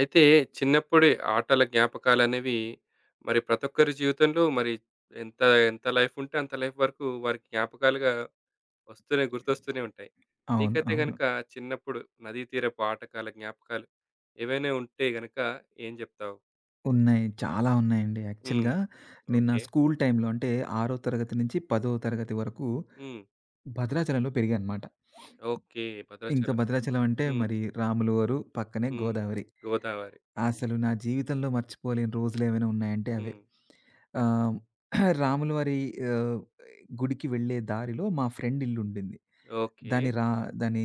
అయితే చిన్నప్పుడే ఆటల జ్ఞాపకాలనేవి మరి ప్రతి ఒక్కరి జీవితంలో మరి ఎంత ఎంత లైఫ్ ఉంటే అంత లైఫ్ వరకు వారికి జ్ఞాపకాలుగా వస్తూనే గుర్తొస్తూనే ఉంటాయి. అవును. నీకైతే అవును. గనుక చిన్నప్పుడు నదీ తీరపు ఆటకాల జ్ఞాపకాలు ఏవైనా ఉంటే గనుక ఏం జెప్తావు? ఉన్నాయి. చాలా ఉన్నాయండి. హ్మ్. యాక్చువల్‌గా నేను నా ఓకే. స్కూల్ టైమ్‌లో అంటే, 6 తరగతి నుంచి 10 తరగతి వరకు హ్మ్. భద్రాచలంలో పెరిగాననమాట. ఓకే. ఇంకా భద్రాచలం. భద్రాచలం అంటే హ్మ్. మరి రాములవారు, పక్కనే హ్మ్. గోదావరి. గోదావరి. అసలు నా జీవితంలో మర్చిపోలేని రోజులేమైనా ఉన్నాయంటే అవే. హ్మ్. ఆహ్, రాములవారి ఆహ్, గుడికి వెళ్ళే దారిలో మా ఫ్రెండ్ ఇల్లుండింది. ఓకే. దాని రా దాని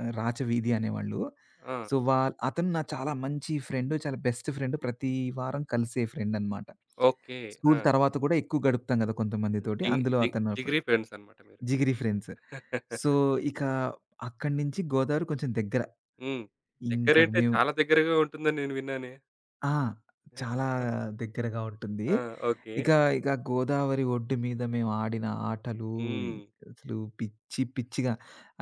ఆహ్, రాచవీధి అనేవాళ్ళు. ఆ! సో, వా అతను నా చాలా మంచి ఫ్రెండు. చాలా బెస్ట్ ఫ్రెండ్. ప్రతి వారం కలిసే ఫ్రెండనమాట. ఓకే. స్కూల్ ఆ! తర్వాత కూడా ఎక్కువ గడుపుతాం గదా! కొంతమందితోటి. జిగ్ అందులో జిగ్ అతను ఒకడు. జిగిరి ఫ్రెండ్స్ అన్నమాట మీరు. జిగిరి ఫ్రెండ్స్. సో, ఇక అక్కడి నుంచి గోదావరి కొంచెం దగ్గర. హ్మ్. ఇంక దగ్గరేంటే మేము చాలా దగ్గరగా ఉంటుందని నేను విన్నానే. ఆ! చాలా దగ్గరగా ఉంటుంది. ఆ! ఓకే. ఇక, ఇక గోదావరి ఒడ్డు మీద మేము ఆడిన ఆటలు హ్మ్. అసలు పిచ్చి పిచ్చిగా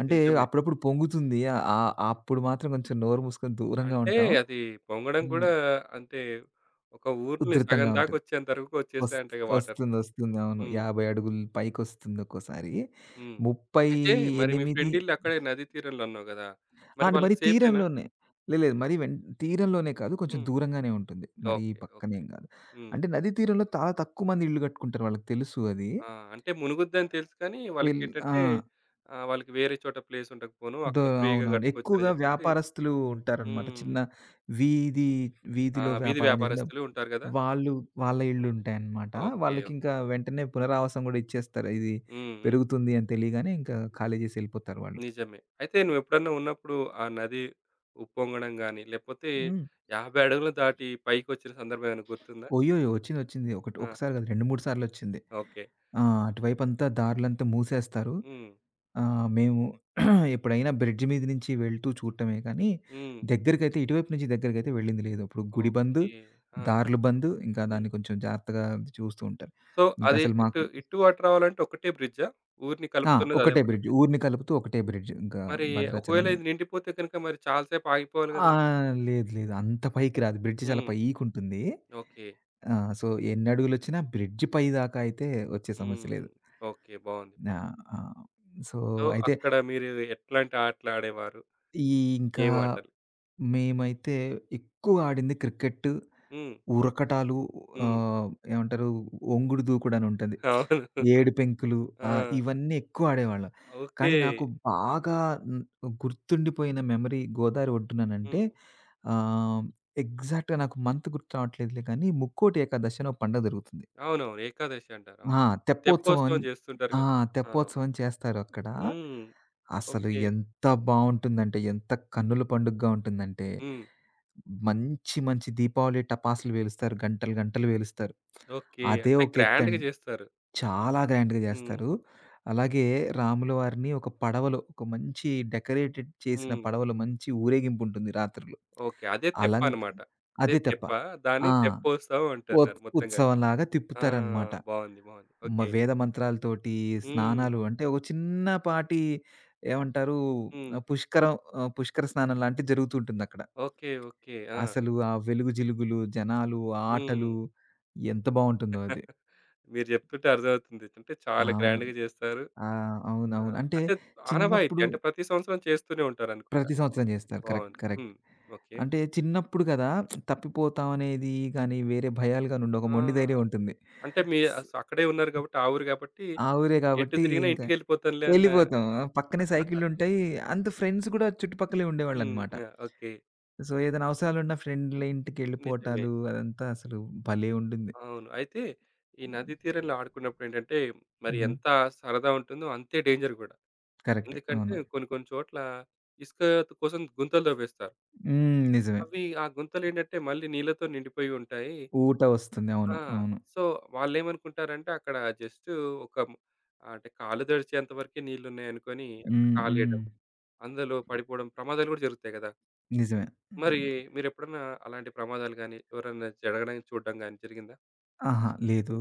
అంటే నిజమే. అప్పుడప్పుడు పొంగుతుంది. అప్పుడు మాత్రం కొంచెం నోరు మూసుకొని దూరంగా అంటే ఉంటాం. అది పొంగడం హ్మ్. కూడా అంటే ఒక ఊరిని సగం ఉధృతంగా ఉంటుంది. దాకొచ్చేంత వరకు వస్ వచ్చేసాయంటగా వాటర్. వస్తుంది, వస్తుంది. అవును. హ్మ్. 50 అడుగులు పైకొస్తుంది ఒక్కోసారి. హ్మ్. అయితే మరి మీ 38 ఫ్రెండ్ ఇల్లు అక్కడే నదీ తీరంలో అన్నావు గదా! మరి అంటే మరి వాళ్ళకి సేఫేనా? తీరంలోనే. లేదు, లేదు. మరి వెన్ తీరంలోనే కాదు. కొంచెం హ్మ్. దూరంగానే ఉంటుంది. మరీ ఓకే. పక్కనేం ఓకే. గాదు. హ్మ్. అంటే నదీ తీరంలో చాలా తక్కువ మంది ఇళ్ళు కట్టుకుంటారు. వాళ్ళకి తెలుసు అది. ఆ! అంటే మునుగుద్దని తెలుసు కానీ వెల్ ఆ! వాళ్ళకేంటంటే వాళ్ళకి వేరే చోట ప్లేస్ ఉండకపోను. ద అక్కడ ఫ్రీగా అవునవును. కట్టుకోవచ్చని ఎక్కువగా చెప్పేసి వ్యాపారస్తులు ఉంటారనమాట. హ్మ్. చిన్న వీధి ఆ! వీధిలో వీధి వ్యాపారం చేసిన వ్యాపారస్తులు ఉంటారు గదా! వాళ్ళు వాళ్ళ హ్మ్. ఇళ్ళుంటాయనమాట. ఓకే. ఓకే. వాళ్ళకింకా వెంటనే పునరావాసం గూడా ఇచ్చేస్తారు. ఇది హ్మ్. హ్మ్. పెరుగుతుంది అని తెలియగానే ఇంకా ఖాళీ చేసి ఎళ్ళిపోతారు వాళ్ళు. నిజమే. అయితే నువ్వెప్పుడన్నా ఉన్నప్పుడు ఆ నది ఉప్పొంగడం గాని, లేపోతే హ్మ్. 50 అడుగులు దాటి పైకొచ్చిన సందర్భం ఏమైనా గుర్తుందా? ఒయ్యొయ్యో! వచ్చిందొచ్చింది. ఒకటి ఆ! ఒకసారి కాదు 2, 3 సార్లొచ్చింది. ఓకే. ఆ! అటువైపంతా దారులంతా మూసేస్తారు. హ్మ్. మేము ఎప్పుడైనా బ్రిడ్జ్ మీద నుంచి వెళ్తూ చూడటమే కానీ, హ్మ్. దగ్గరికైతే ఇటువైపు నుంచి దగ్గరికైతే వెళ్ళింది లేదు. అప్పుడు గుడి బంద్, ఓకే. ఆ! దారులు బంద్, ఇంకా హ్మ్. దాన్ని కొంచెం జాగ్రత్తగా చూస్తూ ఉంటారు. సో, ఇంకా అది అసలు మాకు ఇటు అటు రావాలంటే ఒకటే బ్రిడ్జా? ఊరిని ఆ! కలుపుతున్నది అదే ఒకటే ఒకటే బ్రిడ్జ్. బ్రిడ్జ్. ఊరిని కలుపుతూ ఒకటే బ్రిడ్జ్. ఇంకా మరి ఒకవేళ భద్రాచలాన్ని. ఇది నిండిపోతే గనుక మరి చాలా సేపు ఆగిపోవాలి ఆ! గదా! లేదు లేదు. అంత పైకి రాదు. బ్రిడ్జ్ చాలా హ్మ్. పైకుంటుంది. ఓకే. ఆ! సో, ఎన్ని అడుగులొచ్చినా బ్రిడ్జ్ పైదాకా అయితే వచ్చే సమస్య హ్మ్. లేదు. ఓకే. బావుంది. ఆ! బావుంది. ఆ! సో, సో, అయితే అక్కడ మీరు ఎట్లాంటి ఆటలాడేవారు? ఈ ఇంకా ఏం ఆటలు? మేమైతే ఎక్కువ ఆడింది క్రికెట్, హ్మ్. ఉరకటాలు, హ్మ్. ఆహ్, ఏమంటారు ఒంగుడు దూకుడని ఉంటది. అవును. ఏడు పెంకులు, ఆ! ఇవన్నీ ఎక్కువ ఆడేవాళ్ళం. ఓకే. కానీ నాకు బాగా హ్మ్, గుర్తుండిపోయిన మెమరీ గోదావరి ఒడ్డుననంటే, హ్మ్. ఆహ్, ఎగ్జాక్ట్‌గా నాకు మంత్ గుర్తు రావట్లేదులే కానీ ముక్కోటి ఏకాదశి అని ఒక పండగ జరుగుతుంది. అవునవును. ఏకాదశి అంటారు. అవును. ఆ! తెప్పోత్సవం. తెప్పోత్సవం చేస్తుంటారు ఆ! కదా! ఆ! తెప్పోత్సవం చేస్తారక్కడ. హ్మ్. అసలు ఓకే. ఎంత బావుంటుందంటే, ఎంత కన్నుల పండుగగా ఉంటుందంటే, హ్మ్. మంచి మంచి దీపావళి టపాసులు పేలుస్తారు. గంటలు గంటలు పేలుస్తారు. ఓకే. అదే అంటే ఒక గ్రాండ్‌గా ఎత్తండి. చేస్తారు. చాలా గ్రాండ్‌గా హ్మ్. చేస్తారు. అలాగే రాముల వారిని ఒక పడవలో, ఒక మంచి డెకరేటెడ్ చేసిన హ్మ్. పడవలో మంచి ఊరేగింపుంటుంది రాత్రులు. ఓకే. అదే తెప్ప అలంక అన్నమాట. అదే అదే తెప్ప. తెప్ప. దాన్ని ఆ! తెప్పోత్సవం అంటున్నారు మొత్తం కలిపి. ఉత్సవంలాగా ఆ! తిప్పుతారనమాట. బావుంది. బావుంది. మ ఓకే. వేద మంత్రాలతోటి హ్మ్. స్నానాలు అంటే ఒక చిన్నపాటి ఏమంటారు? హ్మ్. ఆహ్, పుష్కరం పుష్కర స్నానం లాంటిది జరుగుతుంటుందక్కడ. ఓకే. ఓకే. ఆ! అసలు ఆ వెలుగు జిలుగులు, జనాలు, ఆ హ్మ్. ఆటలు ఎంత బావుంటుందో అది. మీరు చెప్తుంటే అర్థమవుతుంది. అంటే చాలా అవును. గ్రాండ్‌గా చేస్తారు. ఆ! ఆ! అవునవును. అంటే అంటే ఆనవాయితీ. చిన్నప్పుడు అంటే ప్రతి సంవత్సరం చేస్తూనే ఉంటారనుకుంటా. ప్రతి సంవత్సరం జేస్తారు. కరెక్ట్. బావుంది. కరెక్ట్. హ్మ్. ఓకే. అంటే చిన్నప్పుడు గదా! తప్పిపోతాం అనేది గానీ, వేరే భయాలు గాని ఉండవు. ఒక మొండి ఆ! ధైర్యం ఉంటుంది. అంటే మీ స్ అస్ అక్కడే ఉన్నారు గాబట్టి, ఆ ఊరు గాబట్టి, ఆ ఊరే ఎటు కాబట్టి తిరిగినా ఇంక ఇంటికెళ్ళిపోతానులే అన్న ఎళ్ళిపోతాం. పక్కనే సైకిళ్ళుంటాయి. అంత ఫ్రెండ్స్ గూడా చుట్టుపక్కలే హ్మ్. ఉండేవాళ్ళనమాట. ఆ! ఓకే. సో, ఏదైనా అవసరాలున్న ఫ్రెండ్‌ల నిజమే. ఇంటికెళ్ళిపోవటాలు అదంతా అసలు భలే ఉంటుంది. అవును. అయితే ఈ నదీ తీరంలో ఆడుకున్నప్పుడేంటంటే, మరి హుహు. ఎంత సరదా ఉంటుందో అంతే డేంజర్ గూడా. కరెక్టే. ఎందుకంటే అవును. కొన్ని కొన్ని చోట్ల ఇసుక కోసం గుంతలు తవ్వేస్తారు. హ్మ్. నిజమే. అవి ఆ గుంతలేంటంటే మళ్ళీ నీళ్ళతో నిండిపోయి ఉంటాయి. ఊట వస్తుంది. అవును. ఆ! అవును. సో, వాళ్ళేమనుకుంటారంటే అక్కడ జస్టు ఒక మ్ అంటే కాళ్ళు తడిచేంత వరకే నీళ్లున్నాయనుకోని అక్కడ హ్మ్. హ్మ్. కాలేయడం, అందులో పడిపోవడం ప్రమాదాలు గూడా జరుగుతాయి గదా! నిజమే. మరి హ్మ్. మీరెప్పుడన్నా అలాంటి ప్రమాదాలు గాని, ఎవరైనా జరగడం చూడడం గాని జరిగిందా? అహా! లేదు. ఓకే.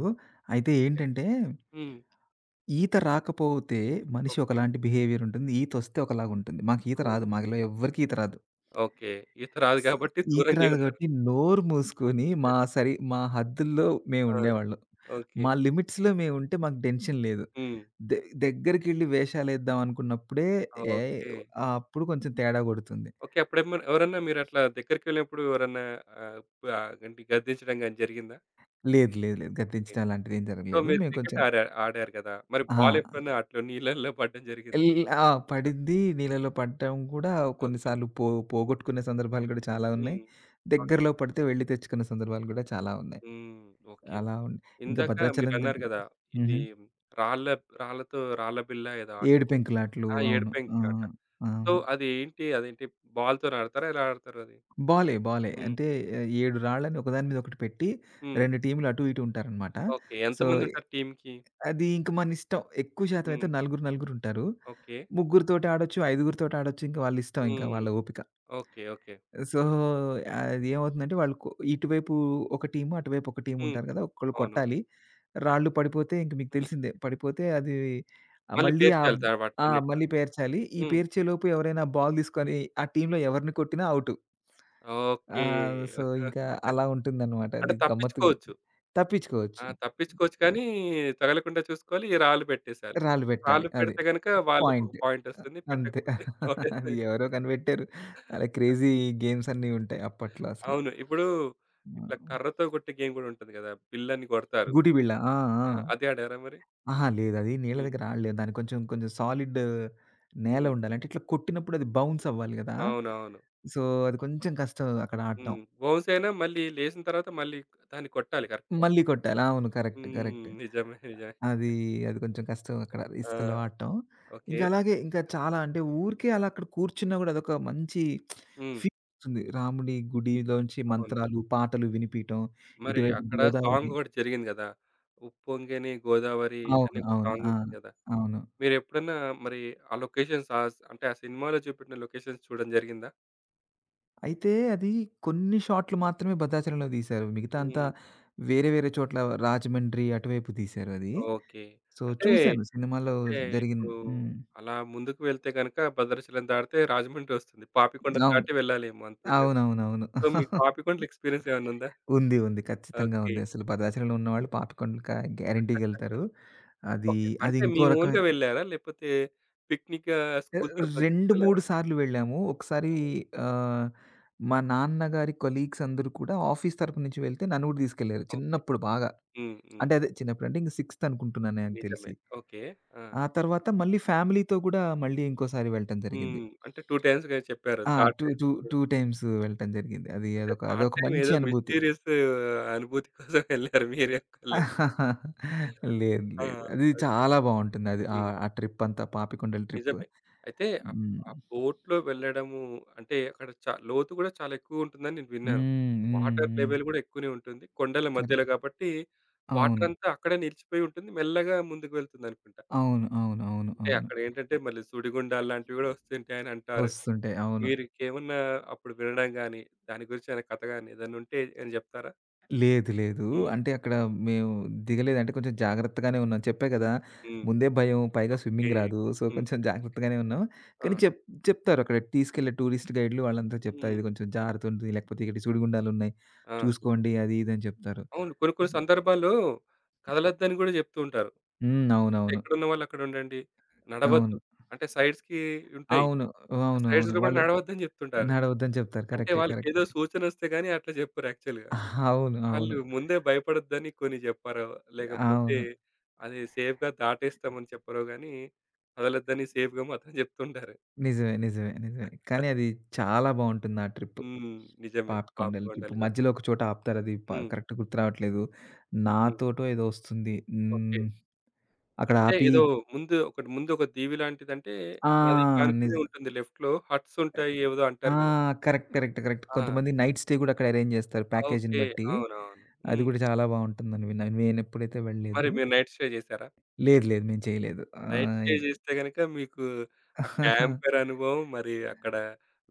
అయితే ఏంటంటే, హ్మ్. ఈత రాకపోతే మనిషి ఓకే. ఒకలాంటి బిహేవియరుంటుంది. ఈతొస్తే ఒకలాగుంటుంది. మాకు ఈత హ్మ్. రాదు. మాలో ఎవ్వరికీ ఈత రాదు. ఓకే. ఈత రాదు స్ గాబట్టి ఈత దూరంగే రాదు ఉన్నారు. కాబట్టి నోరు మూసుకొని మా హద్దుల్లో ఆ! మేముండేవాళ్ళం. ఓకే. మా లిమిట్స్‌లో మేముంటే మాకు టెన్షన్ లేదు. హ్మ్. దె దగ్గరికెళ్ళి వేషాలేద్దాం అనుకున్నప్పుడే ఏ ఓకే. ఆ అప్పుడు కొంచెం తేడా కొడుతుంది. ఓకే. అప్పుడేమన్నా ఎవరన్నా మీరట్లా దగ్గరికెళ్ళినప్పుడు ఎవరన్నా గంటి గద్దించడం గాని జరిగిందా? లేదు, లేదు, లేదు. గద్దించడం అలాంటిది ఏం సో, జరగలేదు. మీరు మేము క్రికెట్ కొంచెం ఆడా ఆడారు గదా! మరి ఆ! బాల్ ఎప్పుడన్నా అట్లా నీళ్ళలో పడడం జరిగిందా? ఎల్ ఆ! పడింది. నీళ్ళలో పడటం కూడా కొన్ని ఓకే. సార్లు పో పోగొట్టుకునే సందర్భాలు కూడా చాలా ఉన్నాయి. హ్మ్. ఓకే. దగ్గరలో పడితే వెళ్లి తెచ్చుకున్న సందర్భాలు కూడా చాలా ఉన్నాయి. హ్మ్. ఓకే. అలా ఉం ఇంకా ఇందాక భద్రాచలం మీరన్నారు దగ్గర. గదా! ఇది హుహు. రాళ్ళ రాళ్ళతో రాళ్ళ బిళ్ళ ఏదో ఆట. ఏడు పెంకులాటలు. ఆ! అవును. ఆ! ఏడుపెంకులాట. సో, అవును. అది ఏంటి? అదేంటి బాల్‌తోని ఆడతారా? ఎలా ఆడతారు అది? బాలే, బాలే. హ్మ్. అంటే 7 రాళ్ళని ఒకదాని మీద ఒకటి పెట్టి హ్మ్. 2 టీమ్‌లు అటు ఇటు ఉంటారనమాట. ఓకే. సో, ఎంతమందుంటారు టీమ్‌కి? అది ఇంక మనిష్టం. ఎక్కువ శాతం అయితే హ్మ్. నలుగురుంటారు. ఓకే. ముగ్గురితోటి ఆడొచ్చు, ఐదుగురితోటి ఆడొచ్చు. ఇంక హ్మ్. వాళ్ళ ఓపిక. ఓకే. ఓకే. సో, అది ఏమవుతుందంటే వాళ్ళు కొ ఇటువైపు ఒక టీము, అటువైపు ఒక టీమ్ హ్మ్. ఉంటారు కదా! ఒకళ్ళు అవును. కొట్టాలి. రాళ్ళు పడిపోతే ఇంక మీకు తెలిసిందే. పడిపోతే అది ఆహ్, మళ్ళీ మళ్ళీ ఆ పేర్చాలి దా ఆ! వాటన్నిటిని. మళ్ళీ పేర్చాలి. ఈ హ్మ్. పేర్చేలోపు ఎవరైనా బాల్ తీసుకొని ఆ టీమ్‌లో ఎవరిని కొట్టినా ఔటు. ఓకే. సో, ఇంకా అలా ఉంటుందన్నమాట. అది అంటే గమ్మత్తుగా తప్పించుకోవచ్చు. ఉంటుంది. తప్పించుకోవచ్చు. ఆ! తప్పించుకోవచ్చు కానీ, తగలకుండా చూసుకోవాలి. ఈ రాళ్ళు పెట్టేసేయాలి. రాళ్ళు పెట్టాలి. రాళ్ళు అది పెడితే గనుక వాళ్ళకి ఒక పాయింట్. ఆహ్, పాయింటొస్తుంది. అంతే. పెట్టకపోతే అది ఒకటేస్తాయి. ఎవరో కనిపెట్టారు. అలా క్రేజీ గేమ్స్ అన్నీ ఉంటాయి అప్పట్లో అసలు. అవును. ఇప్పుడు ఆ! ఇట్లా కర్రతో కొట్టే గేమ్ గూడా ఉంటుంది గదా! బిల్లని కొడతారు. గూటి బిళ్ళ. ఆ! ఆ! ఆ! అది ఆడారా మరి? అహా! లేదు. అది నీళ్ళ హ్మ్. దగ్గర ఆడలేదు. దానికి కొంచెం కొంచెం సాలిడ్ నేల హ్మ్. ఉండాలి. అంటే ఇట్లా కొట్టినప్పుడు అది బౌన్స్ అవ్వాలి గదా! అవునవును. సో, అది కొంచెం కష్టం అక్కడ ఆడటం. హ్మ్. బౌన్స్ అయినా మళ్ళీ లేసిన తర్వాత మళ్ళీ దాన్ని కొట్టాలి కరెక్ట్‌గా. మళ్ళీ కొట్టాలి. అవును. కరెక్ట్. కరెక్ట్. హ్మ్. నిజమే. నిజమే. అది అది కొంచెం కష్టం అక్కడ ఆ! ఇసుకలో ఆడటం. ఓకే. ఇంకా అలాగే ఇంకా చాలా అంటే ఊరికే అలా అక్కడ కూర్చున్నా గూడా అదొక మంచి హ్మ్. ఫీల్ వస్తుంది. రాముడి గుడిలోంచి అవును. మంత్రాలు, పాటలు వినిపియటం. మరి ఇటువైపు అక్కడ గోదావరి. సాంగ్ ఒకటి జరిగింది గదా! ఉప్పొంగెని గోదావరి అవును. అనే ఒక అవును. ఆ! సాంగుంటది గదా! అవును. మీరెప్పుడన్నా మరి ఆ లొకేషన్స్ ఆ స్ అంటే ఆ సినిమాలో చూపెట్టిన లొకేషన్స్ చూడడం జరిగిందా? అయితే అది కొన్ని షాట్లు మాత్రమే భద్రాచలంలో తీశారు. మిగతా అంతా హ్మ్. వేరే వేరే చోట్ల రాజమండ్రి అటువైపు తీశారు అది. ఓకే. సో, అంటే చూసాను సినిమాలో అంటే జరిగిన. ఇప్పుడు హ్మ్. అలా ముందుకు వెళ్తే గనక భద్రాచలం దాటితే రాజమండ్రి వస్తుంది. పాపికొండలు అవును. దాటి వెళ్ళాలేమో అంతే గదా! అవునవునవును. సో, మీకు పాపికొండల ఎక్స్‌పీరియన్స్ ఏమన్నుందా? ఉంది. ఉంది. ఖచ్చితంగా ఓకే. ఉంది. అసలు భద్రాచలంలో ఉన్నవాళ్ళు పాపికొండలకి గ్యారంటీగెళ్తారు. అది ఓకే. అది అంటే మీ ఇంకో ఓన్‌గా రకమైన. వెళ్లారా? లేపోతే పిక్నికా ఆహ్, స్కూల్ తరపున 2, 3 తీసుకెళ్లారా? సార్లు వెళ్ళాము. హ్మ్. ఆహ్, మా నాన్నగారి కొలీగ్స్ అందరూ కూడా ఆఫీస్ తరపు నుంచి వెళ్తే నన్ను కూడా తీసుకెళ్లారు ఓకే. చిన్నప్పుడు బాగా. హ్మ్. హ్మ్. అంటే అదే చిన్నప్పుడంటే ఇంక సిక్స్త్ అనుకుంటున్నాను నాకు నిజమే. తెలిసి. ఓకే. ఆ! ఆ తర్వాత మళ్ళీ ఫ్యామిలీతో గూడా మళ్ళీ ఇంకోసారి వెళ్ళటం జరిగింది. హ్మ్. అంటే 2 టైమ్స్‌గా చెప్పారు. ఆ! థర్డ్ 2, టైమ్ 2, 2 టైమ్స్ వెళ్ళటం జరిగింది. అది అంటే అదొక ఆ అదొక టైం మంచి ఏదో అనుభూతి. మిస్టీరియస్ అనుభూతి కోసం వెళ్లారు మీరొక్కళ్ళే. లేదు. ఆ! లేదు. అది ఓకే. చాలా బావుంటుందది. హ్మ్. ఆ ట్రిప్పంతా పాపికొండల ట్రిప్. నిజమే. అయితే అప్ హ్మ్. ఆ బోట్‌లో వెళ్ళడము అంటే అక్కడ లోతు గూడా చాలా ఎక్కువుంటుందని నేను విన్నాను. హ్మ్. హ్మ్. వాటర్ హ్మ్. లెవెల్ గూడా ఎక్కువనే ఉంటుంది. కొండల కరెక్ట్. మధ్యలో కాబట్టి అవును. వాటరంతా అక్కడే నిలిచిపోయి ఉంటుంది. మెల్లగా ముందుకు వెళ్తుందనుకుంటా. అవును. అవును. అవును. అంటే అవును. అక్కడేంటంటే మళ్ళీ సుడిగుండాలు లాంటివి గూడా వస్తుంటాయని అంటారు. వస్తుంటాయి. అవును. మీరికేమన్నా అప్పుడు వినడం గాని, దాని గురించి ఏమైనా కథ గాని ఏదైనా ఉంటే ఏమైనా జెప్తారా? లేదు. లేదు. హ్మ్. అంటే అక్కడ మేము దిగలేదంటే కొంచెం జాగ్రత్తగానే ఉన్నాం. చెప్పా కదా! హ్మ్. ముందే భయం. పైగా ఓకే. స్విమ్మింగ్ రాదు. సో, హ్మ్. కొంచెం జాగ్రత్తగానే ఉన్నాం. ఆ! కానీ చెప్తారు అక్కడ తీసుకెళ్ళే టూరిస్ట్ గైడ్‌లు వాళ్ళంతా చెప్తారు. హ్మ్. ఇది కొంచెం జారుతుంది. లేకపోతే ఇక్కడ సుడిగుండాలున్నాయి. ఆ! చూసుకోండి అది ఇది అని చెప్తారు. అవును. కొన్ని కొన్ని సందర్భాల్లో కదలొద్దని గూడా జెప్తూ ఉంటారు. హ్మ్. అంటే అవునవును. ఎక్కడున్న వాళ్ళు అక్కడుండండి. నడవద్దు. అవును. అంటే సైడ్స్‌కి ఉంటాయి. అవును. ఆ అవును. అవును. సైడ్స్‌లో గూడా నడవద్దని జెప్తుంటారు. నడవద్దని చెప్తారు. అంటే కరెక్టే. కరెక్టే. వాళ్ళకేదో సూచనొస్తే గాని అట్లా జెప్పరు యాక్చువల్‌గా. అవును. అవును. వాళ్ళు ముందే భయపడొద్దని కొన్ని జెప్పరో, లేకపోతే అవును. అది సేఫ్‌గా దాటేస్తామని చెప్పరో గానీ, కదలొద్దని సేఫ్‌గా మాత్రం జెప్తుంటారు. నిజమే. నిజమే. నిజమే. కానీ అది చాలా బావుంటుంది ఆ ట్రిప్. హ్మ్. నిజమే. పాపికొండలు ట్రిప్. పాపికొండలు గూడా. మధ్యలో ఒక చోట ఆపుతారు. అది ప హ్మ్. కరెక్ట్ గుర్తు రావట్లేదు. హ్మ్. నాతోటో ఏదో వస్తుంది. ఓకే. హ్మ్. అక్కడ అంటే ఆపి. ఏదో ముందు ఒక దీవి లాంటిదంటే, ఆ! నది ఆనుకునే నిజ ఉంటుంది లెఫ్ట్‌లో. హట్స్ ఉంటాయి ఏదో ఆ! అంటారు గదా! కరెక్ట్. కరెక్ట్. కరెక్ట్. ఆ! కొంతమంది నైట్ స్టే కూడా అక్కడ అరేంజ్ చేస్తారు ప్యాకేజీని ఓకే. బట్టి. అవునవును. అది హ్మ్. కూడా చాలా బావుంటుందని విన్నాను. నేనెప్పుడైతే వెళ్ళలేదు. మరి మీరు నైట్ స్టే చేసారా? లేదు లేదు. మేము చేయలేదు. నైట్ ఆహ్, స్టే ఈ చేస్తే గనక మీకు ఆ క్యాంపర్ అనుభవం, మరి అక్కడ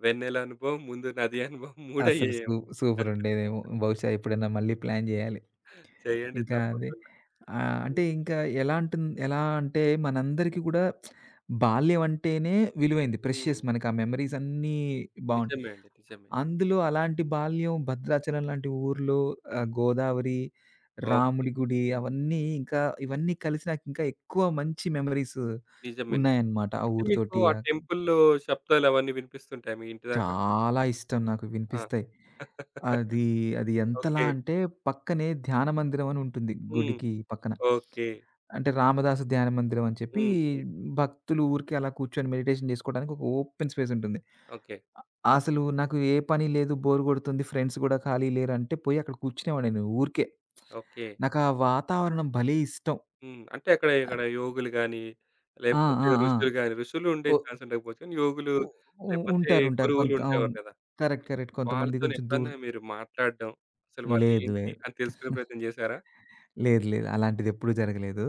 వెన్నెల అనుభవం, ముందు నది అనుభవం అసలు మూడయ్యాయేమో. సూపరుండేదేమో! బహుశా ఎప్పుడైనా మళ్ళీ ప్లాన్ జేయాలి. చేయండి ఇంకా అదే తప్పకుండా. అంటే హ్మ్. ఇంకా ఎలా అంటే మనందరికీ గూడా బాల్యం అంటేనే విలువైంది. హ్మ్. ప్రెషియస్ మనకి ఆ మెమోరీస్ అన్నీ బావుంటాయి. నిజమే అండి. నిజమే. అందులో అలాంటి బాల్యం భద్రాచలం లాంటి ఊర్లో, హ్మ్. గోదావరి, ఓకే. రాముడి గుడి అవన్నీ ఇంకా ఇవన్నీ కలిసి నాకింకా ఎక్కువ మంచి మెమోరీస్ నిజమే. నిజమే. ఉన్నాయన్నమాట ఆ అంటే మీకు ఊరితోటి. ఆ టెంపుల్‌లో శబ్దాలు అవన్నీ వినిపిస్తుంటాయా మీ ఇంటి దాకా? చాలా ఇష్టం నాకు ఆ! వినిపిస్తాయి. అది అది ఎంతలా ఓకే. అంటే పక్కనే ధ్యాన మందిరం అని ఉంటుంది హ్మ్. గుడికి పక్కన. ఓకే. అంటే రామదాసు ధ్యాన మందిరం అని చెప్పి హ్మ్. హ్మ్. భక్తులు ఊరికే అలా కూర్చొని మెడిటేషన్ చేసుకోవడానికి ఒక ఓపెన్ స్పేస్ ఉంటుంది. ఓకే. అసలు నాకు ఏ పని లేదు, బోర్ కొడుతుంది, ఫ్రెండ్స్ కూడా ఖాళీ లేరు అంటే పోయి అక్కడ కూర్చునేవాడిని నేను ఊరికే. ఓకే. నాకు ఆ వాతావరణం భలే ఇష్టం. హ్మ్. అంటే అక్కడ ఇక్కడ యోగులు గాని, ఆ! లేకపోతే ఆ! ఆ! ఋషులు గాని, ఋషులు ఉండే ఒ ఛాన్స్ ఉండకపోవచ్చు. కానీ యోగులు ఉ ఉ లేకపోతే ఉంటారు, ఉంటారు. గురువులు కొంత అవును. ఉండేవారు కదా! Correct, correct. కొంతమంది వాళ్ళతోని కొంచెం దూర్ ఎప్పుడన్నా మీరు మాట్లాడడం, అసలు లేదు వాళ్ళేంటి లేదు. అని తెలుసుకునే ప్రయత్నం చేశారా? లేదు. లేదు. అలాంటిదెప్పుడూ జరగలేదు.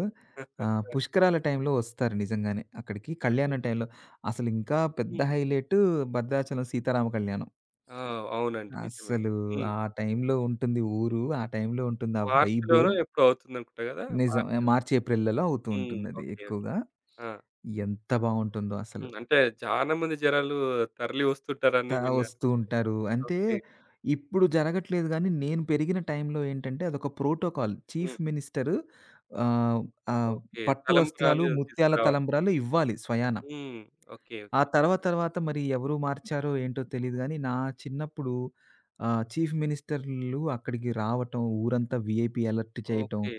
పుష్కరాల టైంలో వస్తారు నిజంగానే అక్కడికి. అంటే కళ్యాణం టైంలో అసలింకా పెద్ద హ్మ్. హైలైటు భద్రాచలం సీతారామ కళ్యాణం. ఆ! అవునండి. నిజమే. అస్సలు హ్మ్. ఆ టైంలో ఉంటుంది ఊరు. ఆ టైంలో ఉంటుంది ఆ వైబు. మార్చ్‌లోనో ఎప్పుడో అవుతుందనుకుంటా కదా! నిజం. మార్చ్ మార్చి, ఏప్రిల్‌లలో అవుతూ హ్మ్. ఉంటుందది ఓకే. ఓకే. ఎక్కువగా. ఆ! ఎంత బావుంటుందో అసల. హ్మ్. అంటే చాలా మంది జనాలు తరలి వస్తుంటారని ఆ! విన్నాను. వస్తూ ఉంటారు. అంటే ఓకే. ఇప్పుడు జరగట్లేదు గానీ, నేను పెరిగిన టైంలో ఏంటంటే అదొక ప్రోటోకాల్. చీఫ్ హ్మ్. మినిస్టర్ ఆహ్, ఆహ్, ఓకే. పట్టు వస్త్రాలు, తలంబ్రాలు ముత్యాల తీసుకురావాలి. తలంబ్రాలు ఇవ్వాలి స్వయాన. హ్మ్. ఓకే. ఆ తర్వాత తర్వాత మరి ఎవరు మార్చారో ఏంటో తెలీదు ఓకే. గానీ, నా చిన్నప్పుడు చీఫ్ మినిస్టర్‌లు అక్కడికి రావటం, ఊరంతా వీఐపీ అలర్ట్ చేయటం, ఓకే.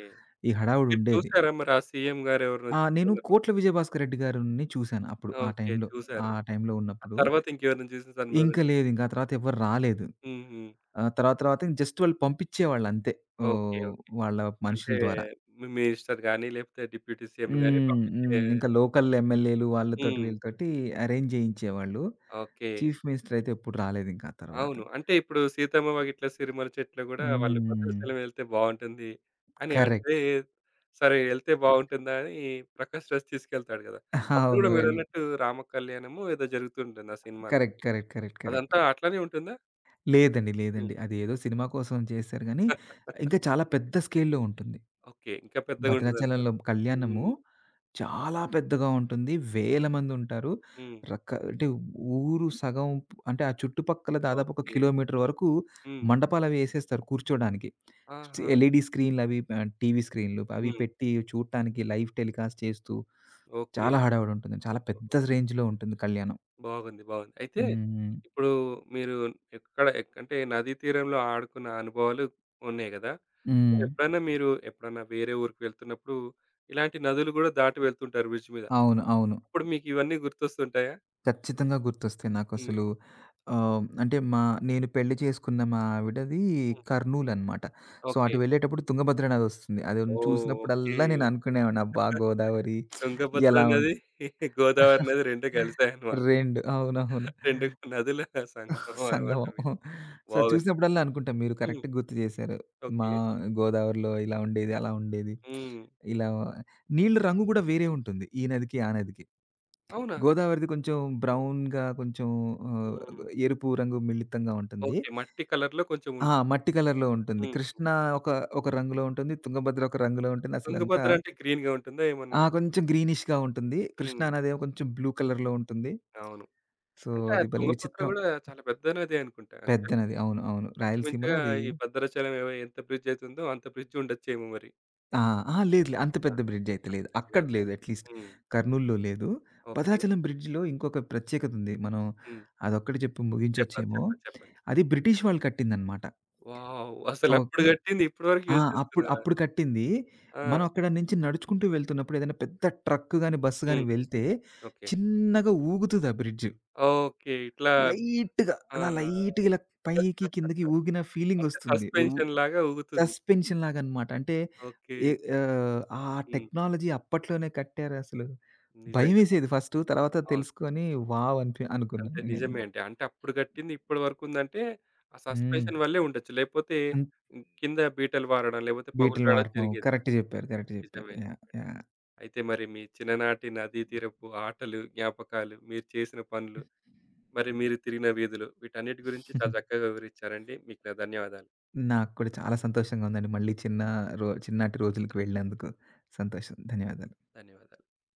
ఈ మీరు హడావుడుండేది. చూసారా మరి ఆ సీఎం గారు ఆ! ఎవరైనొచ్చిన నేను సందర్భం? 'కోట్ల విజయభాస్కర్ రెడ్డి' గారిని చూసాను అప్పుడు. ఆ ఓకే. టైంలో. ఆ చూసారు. టైంలో ఆ ఉన్నప్పుడు. తర్వాత ఇంకెవరైనా చూసిన సందర్భం ఇంక లేదు. ఇంక ఆ తర్వాత ఎవ్వరు రాలేదు. హుహు. ఆ! తర్వాత తర్వాత జస్ట్ వాళ్ళు పంపించేవాళ్ళంతే. ఓకే. ఓహ్! ఓకే. వాళ్ళ అంటే మనుషుల ద్వారా. మీ మినిస్టర్ గాని, లేకపోతే డిప్యూటీ సీఎంని గాని హ్మ్. పంపించే హ్మ్. ఇంకా లోకల్ ఎమ్మెల్యేలు వాళ్ళతోటి హ్మ్. వీళ్ళతోటి అరేంజ్ చేయించేవాళ్ళు. ఓకే. చీఫ్ మినిస్టర్ అయితే ఎప్పుడు రాలేదింక ఆ తర్వాత. అవును. అంటే ఇప్పుడు 'సీతమ్మ వాకిట్లో సిరిమల్లె చెట్టులో' గూడా వాళ్ళు హ్మ్. భద్రాచలం వెళ్తే బావుంటుంది అని అంటే, కరెక్ట్. సరే ఎళ్తే బావుంటుందా అని 'ప్రకాష్ రాజ్' తీసుకెళ్తాడు గదా! అప్పుడు అవును. గూడా మీరన్నట్టు రామ కళ్యాణమో ఏదో జరుగుతుంటుంది ఆ సినిమాలో. కరెక్ట్. కరెక్ట్. కరెక్ట్. కరెక్ట్. అదంతా అట్లనే ఉంటుందా? లేదండి. హ్మ్. లేదండి. అది ఏదో సినిమా కోసం చేశారు గానీ, ఇంకా చాలా పెద్ద స్కేల్‌లో ఉంటుంది. ఓకే. ఇంకా పెద్దగుంటదంటారు. భద్రాచలంలో కళ్యాణము హ్మ్. చాలా పెద్దగా ఉంటుంది. వేల మందుంటారు. హ్మ్. రక అంటే ఊరు సగం, అంటే ఆ చుట్టుపక్కల దాదాపు ఒక ఓకే. కిలోమీటర్ వరకు హ్మ్. మండపాలవి ఎసేస్తారు కూర్చోడానికి. ఆహా! ఎల్ఈడీ స్క్రీన్‌లవి, టీవీ స్క్రీన్‌లు అవి హ్మ్. పెట్టి చూడటానికి లైవ్ టెలికాస్ట్ చేస్తూ ఓకే. చాలా హడావుడి ఉంటుంది. చాలా పెద్ద రేంజ్‌లో ఉంటుంది కళ్యాణం. బాగుంది. బాగుంది. అయితే హ్మ్. ఇప్పుడు మీరు ఎక్కడ ఎక్ అంటే నదీ తీరంలో ఆడుకున్న అనుభవాలు ఉన్నాయి గదా! హ్మ్. ఎప్పుడైనా మీరు ఎప్పుడన్నా వేరే ఊరికి వెళ్తున్నప్పుడు ఇలాంటి నదులు గూడా దాటి వెళ్తుంటారు బ్రిడ్జ్ మీద. అవును. అవును. అప్పుడు మీకు ఇవన్నీ గుర్తొస్తుంటాయా? ఖచ్చితంగా గుర్తొస్తాయి హ్మ్. నాకసలు. అంటే నేను పెళ్లి చేసుకున్న మా ఆవిడది హ్మ్. కర్నూల్ అనమాట. సో, అటు ఓకే. వెళ్ళేటప్పుడు తుంగభద్ర నది వస్తుంది. అది ఓహ్! ఓకే. చూసినప్పుడల్లా నేను అనుకునేవాడిని అబ్బా! గోదావరి తుంగభద్ర ఎలా ఉం నది, గోదావరి నది 2 కలిసాయన్నమాట. 2 అవునవును. 2 నదుల సంగమం అన్నమాట సంగమం. మీది. సో, అది బాగుంది. చూసినప్పుడల్లా అనుకుంటాం మీరు హ్మ్. కరెక్ట్‌గా గుర్తు చేశారు. మా ఓకే. గోదావరిలో ఇలా ఉండేది, అలా ఉండేది. హ్మ్. ఇలా నీళ్ళ రంగు కూడా వేరే ఉంటుంది ఈ నదికి, ఆ నదికి. అవునా? గోదావరిది కొంచెం బ్రౌన్‌గా, కొంచెం ఆహ్, హ్మ్. ఎరుపు రంగు మిళితంగా ఉంటుంది. ఓకే. మట్టి కలర్‌లో కొంచెం ఆ! ఉంటుంది. మట్టి కలర్‌లో ఉంటుంది. హ్మ్. హ్మ్. ఒక, ఒక రంగులో ఉంటుంది. తుంగభద్ర ఒక రంగులో ఉంటుంది. అసలంతా తుంగభద్ర అంటే గ్రీన్‌గా ఉంటుందా ఏమన్నా? ఆ! కొంచెం గ్రీనిష్‌గా ఉంటుంది. హ్మ్. కృష్ణా నదేమో కొంచెం బ్లూ కలర్‌లో ఉంటుంది. అవును. సో, అంటే ఆ అది భలే తుంగభద్ర విచిత్రం. గూడా చాలా పెద్ద నదే అనుకుంటా పెద్ద యాక్చువల్‌గా. నది. అవును. అవును. రాయలసీమలో ఇంచుమించుగా అది ఈ భద్రాచలం ఏవో ఎంత బ్రిడ్జ్ అయితుందో అంత బ్రిడ్జ్ ఉండొచ్చేమో మరి. ఆ! అహా! లేదు. లే. అంత ఆ! పెద్ద బ్రిడ్జ్ అయితే అంత లేదు. బ్రిడ్జ్ అక్కడ గాదు. లేదు అట్‌లీస్ట్ హ్మ్. కర్నూల్‌లో లేదు. ఓకే. భద్రాచలం బ్రిడ్జ్‌లో ఇంకొక ప్రత్యేకత ఉంది. మనం హ్మ్. అదొక్కటి చెప్పి చెప్పాలి. ముగించొచ్చేమో. చెప్పండి. చెప్పండి. అది బ్రిటిష్ వాళ్ళు కట్టిందనమాట. వావ్! అసలప్పుడు ఓకే. కట్టింది ఇప్పటి వరకు ఆ! యూజ్ అప్పుడు చేస్తున్నారా? అప్పుడు కట్టింది. ఆ! మనం అక్కడ నుంచి నడుచుకుంటూ వెళ్తున్నప్పుడు ఏదైనా పెద్ద ట్రక్ గాని, బస్ గాని హ్మ్. వెళ్తే ఓకే. చిన్నగా ఊగుతది ఆ బ్రిడ్జ్. ఓకే. ఇట్లా ఆ! లైట్‌గా ఇలా పైకి కిందకి ఊగిన అంటే ఫీలింగొస్తుంది. సస్పెన్షన్‌లాగా ఊగుతుంది. సస్పెన్షన్ లాగనమాట. అంటే ఓకే. ఏ ఆ హ్మ్. టెక్నాలజీ అప్పట్లోనే కట్టారసలు. నిజంగానే. భయమేసేది ఫస్టు. తర్వాత అవును. తెలుసుకొని వావ్! అంతే అనుకున్నాను నేను. నిజమే అండి. అంటే అప్పుడు కట్టింది ఇప్పటి వరకుందంటే, ఆ హ్మ్. సస్పెన్షన్ వల్లే ఉండొచ్చు. లేపోతే అన్ హ్మ్, కింద బీటలు వారడం, లేపోతే బీటలు పగులరాడం వాడటం. జరిగేది. కరెక్ట్ జెప్పారు. కరెక్ట్ జెప్పారు. నిజమే. యాహ్! నిజమే. యాహ్! అయితే మరి మీ చిన్ననాటి నదీ తీరపు ఆటలు, జ్ఞాపకాలు, మీరు చేసిన పనులు, మరి మీరు తిరిగిన వీధులు వీటన్నిటి గురించి చాలా చక్కగా వివరిచ్చారండి. మీకు నా ధన్యవాదాలు. నాకు కూడా చాలా సంతోషంగా ఉందండి. మళ్ళీ చిన్నటి రోజులకి వెళ్ళినందుకు సంతోషం. ధన్యవాదాలు. ధన్యవాదాలు.